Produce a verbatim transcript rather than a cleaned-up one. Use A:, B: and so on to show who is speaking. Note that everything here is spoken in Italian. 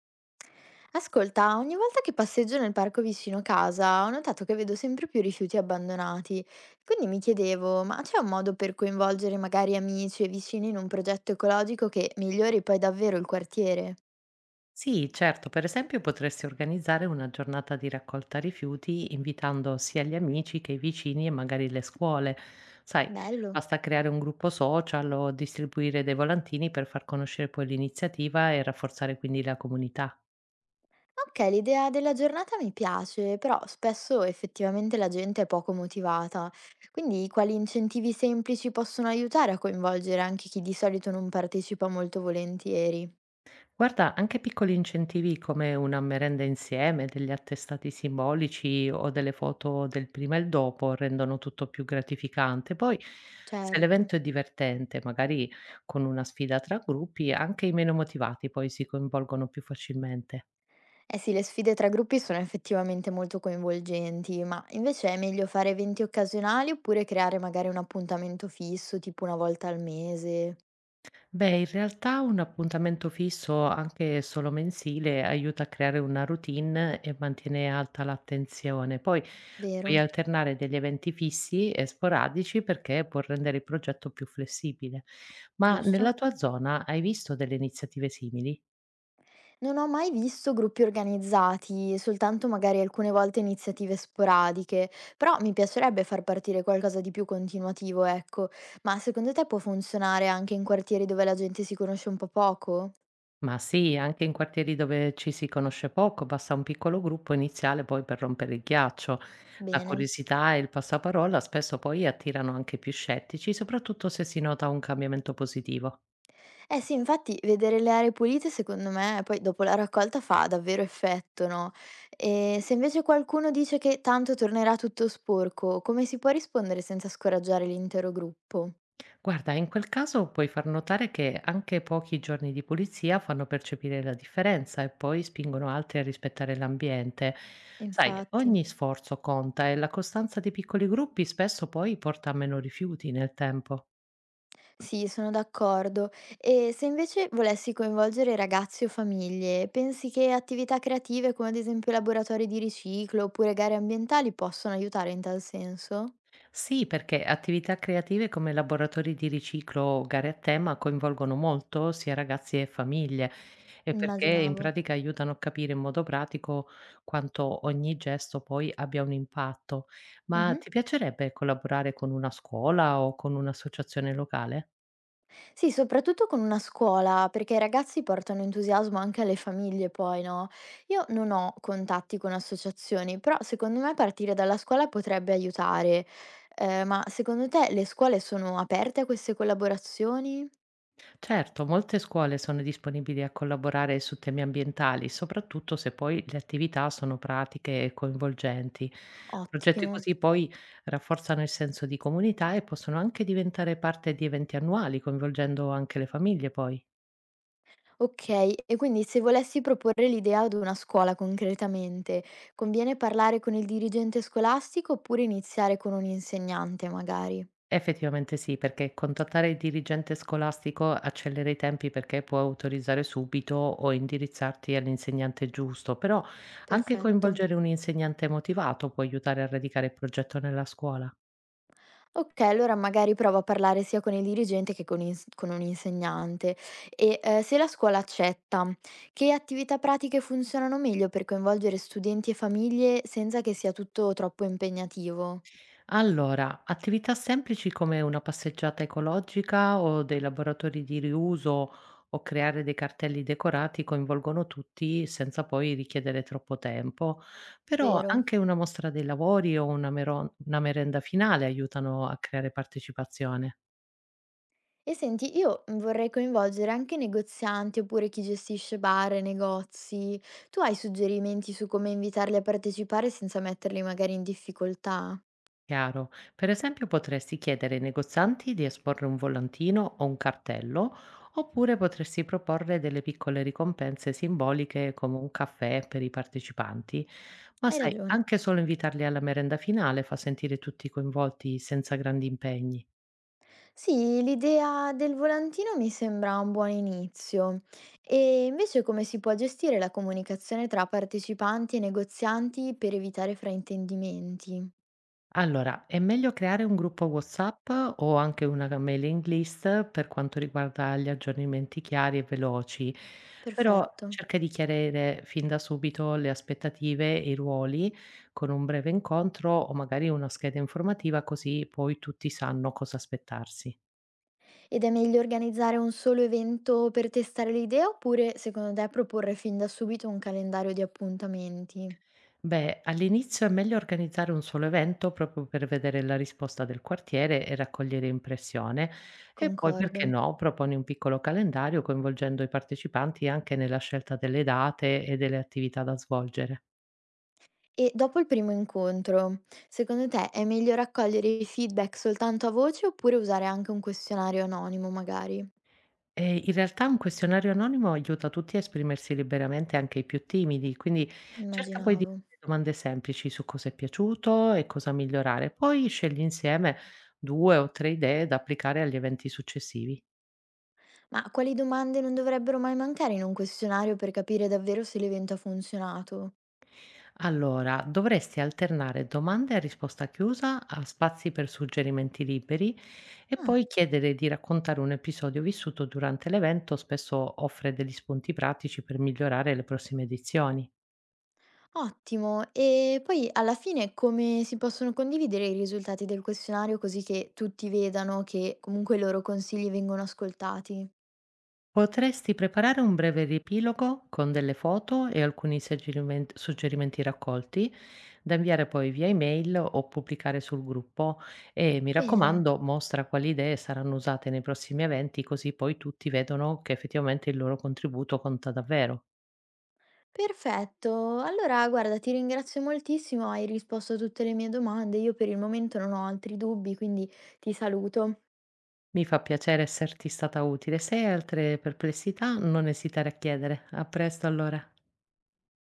A: Ascolta, ogni volta che passeggio nel parco vicino casa ho notato che vedo sempre più rifiuti abbandonati. Quindi mi chiedevo, ma c'è un modo per coinvolgere magari amici e vicini in un progetto ecologico che migliori poi davvero il quartiere?
B: Sì, certo, per esempio potresti organizzare una giornata di raccolta rifiuti invitando sia gli amici che i vicini e magari le scuole. Sai,
A: Bello.
B: basta creare un gruppo social o distribuire dei volantini per far conoscere poi l'iniziativa e rafforzare quindi la comunità.
A: Ok, l'idea della giornata mi piace, però spesso effettivamente la gente è poco motivata. Quindi quali incentivi semplici possono aiutare a coinvolgere anche chi di solito non partecipa molto volentieri?
B: Guarda, anche piccoli incentivi come una merenda insieme, degli attestati simbolici o delle foto del prima e il dopo rendono tutto più gratificante. Poi, se
A: Certo.
B: l'evento è divertente, magari con una sfida tra gruppi, anche i meno motivati poi si coinvolgono più facilmente.
A: Eh sì, le sfide tra gruppi sono effettivamente molto coinvolgenti, ma invece è meglio fare eventi occasionali oppure creare magari un appuntamento fisso, tipo una volta al mese,
B: Beh, in realtà un appuntamento fisso, anche solo mensile, aiuta a creare una routine e mantiene alta l'attenzione. Poi puoi
A: vero?
B: alternare degli eventi fissi e sporadici, perché può rendere il progetto più flessibile. Ma
A: Giusto?
B: nella tua zona hai visto delle iniziative simili?
A: Non ho mai visto gruppi organizzati, soltanto magari alcune volte iniziative sporadiche, però mi piacerebbe far partire qualcosa di più continuativo, ecco. Ma secondo te può funzionare anche in quartieri dove la gente si conosce un po' poco?
B: Ma sì, anche in quartieri dove ci si conosce poco, basta un piccolo gruppo iniziale poi per rompere il ghiaccio. La
A: Bene.
B: curiosità e il passaparola spesso poi attirano anche più scettici, soprattutto se si nota un cambiamento positivo.
A: Eh sì, infatti vedere le aree pulite secondo me poi dopo la raccolta fa davvero effetto, no? E se invece qualcuno dice che tanto tornerà tutto sporco, come si può rispondere senza scoraggiare l'intero gruppo?
B: Guarda, in quel caso puoi far notare che anche pochi giorni di pulizia fanno percepire la differenza e poi spingono altri a rispettare l'ambiente. Sai,
A: Infatti,
B: ogni sforzo conta, e la costanza dei piccoli gruppi spesso poi porta a meno rifiuti nel tempo.
A: sì, sono d'accordo. E se invece volessi coinvolgere ragazzi o famiglie, pensi che attività creative come ad esempio laboratori di riciclo oppure gare ambientali possono aiutare in tal senso?
B: Sì, perché attività creative come laboratori di riciclo o gare a tema coinvolgono molto sia ragazzi e famiglie, e perché in
A: Immaginavo.
B: pratica aiutano a capire in modo pratico quanto ogni gesto poi abbia un impatto. Ma
A: Mhm.
B: ti piacerebbe collaborare con una scuola o con un'associazione locale?
A: Sì, soprattutto con una scuola, perché i ragazzi portano entusiasmo anche alle famiglie poi, no? Io non ho contatti con associazioni, però secondo me partire dalla scuola potrebbe aiutare. Eh, ma secondo te le scuole sono aperte a queste collaborazioni?
B: Certo, molte scuole sono disponibili a collaborare su temi ambientali, soprattutto se poi le attività sono pratiche e coinvolgenti. Progetti
A: Ottimo.
B: così poi rafforzano il senso di comunità e possono anche diventare parte di eventi annuali, coinvolgendo anche le famiglie poi.
A: Ok, e quindi se volessi proporre l'idea ad una scuola concretamente, conviene parlare con il dirigente scolastico oppure iniziare con un insegnante magari?
B: Effettivamente sì, perché contattare il dirigente scolastico accelera i tempi, perché può autorizzare subito o indirizzarti all'insegnante giusto, però anche
A: Perfetto.
B: coinvolgere un insegnante motivato può aiutare a radicare il progetto nella scuola.
A: Okay, allora magari provo a parlare sia con il dirigente che con ins con un insegnante. E, ehm, se la scuola accetta, che attività pratiche funzionano meglio per coinvolgere studenti e famiglie senza che sia tutto troppo impegnativo?
B: Allora, attività semplici come una passeggiata ecologica o dei laboratori di riuso o creare dei cartelli decorati coinvolgono tutti senza poi richiedere troppo tempo, però
A: Vero.
B: anche una mostra dei lavori o una mero- una merenda finale aiutano a creare partecipazione.
A: E senti, io, mhmm, vorrei coinvolgere anche negozianti oppure chi gestisce bar e negozi. Tu hai suggerimenti su come invitarli a partecipare senza metterli magari in difficoltà?
B: Chiaro. Per esempio, potresti chiedere ai negozianti di esporre un volantino o un cartello, oppure potresti proporre delle piccole ricompense simboliche come un caffè per i partecipanti. Ma
A: Hai
B: sai,
A: ragione.
B: anche solo invitarli alla merenda finale fa sentire tutti coinvolti senza grandi impegni.
A: Sì, l'idea del volantino mi sembra un buon inizio. E invece come si può gestire la comunicazione tra partecipanti e negozianti per evitare fraintendimenti?
B: Allora, è meglio creare un gruppo WhatsApp o anche una g mailing list per quanto riguarda gli aggiornamenti chiari e veloci, però
A: Perfetto.
B: cerca di chiarire fin da subito le aspettative e i ruoli con un breve incontro o magari una scheda informativa, così poi tutti sanno cosa aspettarsi.
A: Ed è meglio organizzare un solo evento per testare l'idea oppure, secondo te, proporre fin da subito un calendario di appuntamenti?
B: Beh, all'inizio è meglio organizzare un solo evento proprio per vedere la risposta del quartiere e raccogliere impressione, e poi,
A: Concordo.
B: perché no, proponi un piccolo calendario coinvolgendo i partecipanti anche nella scelta delle date e delle attività da svolgere.
A: E dopo il primo incontro, secondo te è meglio raccogliere i feedback soltanto a voce oppure usare anche un questionario anonimo, magari?
B: E in realtà un questionario anonimo aiuta tutti a esprimersi liberamente, anche i più timidi, quindi cerca poi di
A: Immaginavo.
B: fare domande semplici su cosa è piaciuto e cosa migliorare, poi scegli insieme due o tre idee da applicare agli eventi successivi.
A: Ma quali domande non dovrebbero mai mancare in un questionario per capire davvero se l'evento ha funzionato?
B: Allora, dovresti alternare domande a risposta chiusa a spazi per suggerimenti liberi, e
A: Ah,
B: poi chiedere di raccontare un episodio vissuto durante l'evento: spesso offre degli spunti pratici per migliorare le prossime edizioni.
A: ottimo. E poi alla fine come si possono condividere i risultati del questionario così che tutti vedano che comunque i loro consigli vengono ascoltati?
B: Potresti preparare un breve riepilogo con delle foto e alcuni suggerimen- suggerimenti raccolti, da inviare poi via email o pubblicare sul gruppo, e mi
A: Bene.
B: raccomando, mostra quali idee saranno usate nei prossimi eventi, così poi tutti vedono che effettivamente il loro contributo conta davvero.
A: Perfetto. Allora, guarda, ti ringrazio moltissimo, hai risposto a tutte le mie domande. Io per il momento non ho altri dubbi, quindi ti saluto.
B: Mi fa piacere esserti stata utile. Se hai altre perplessità, non esitare a chiedere. A presto allora.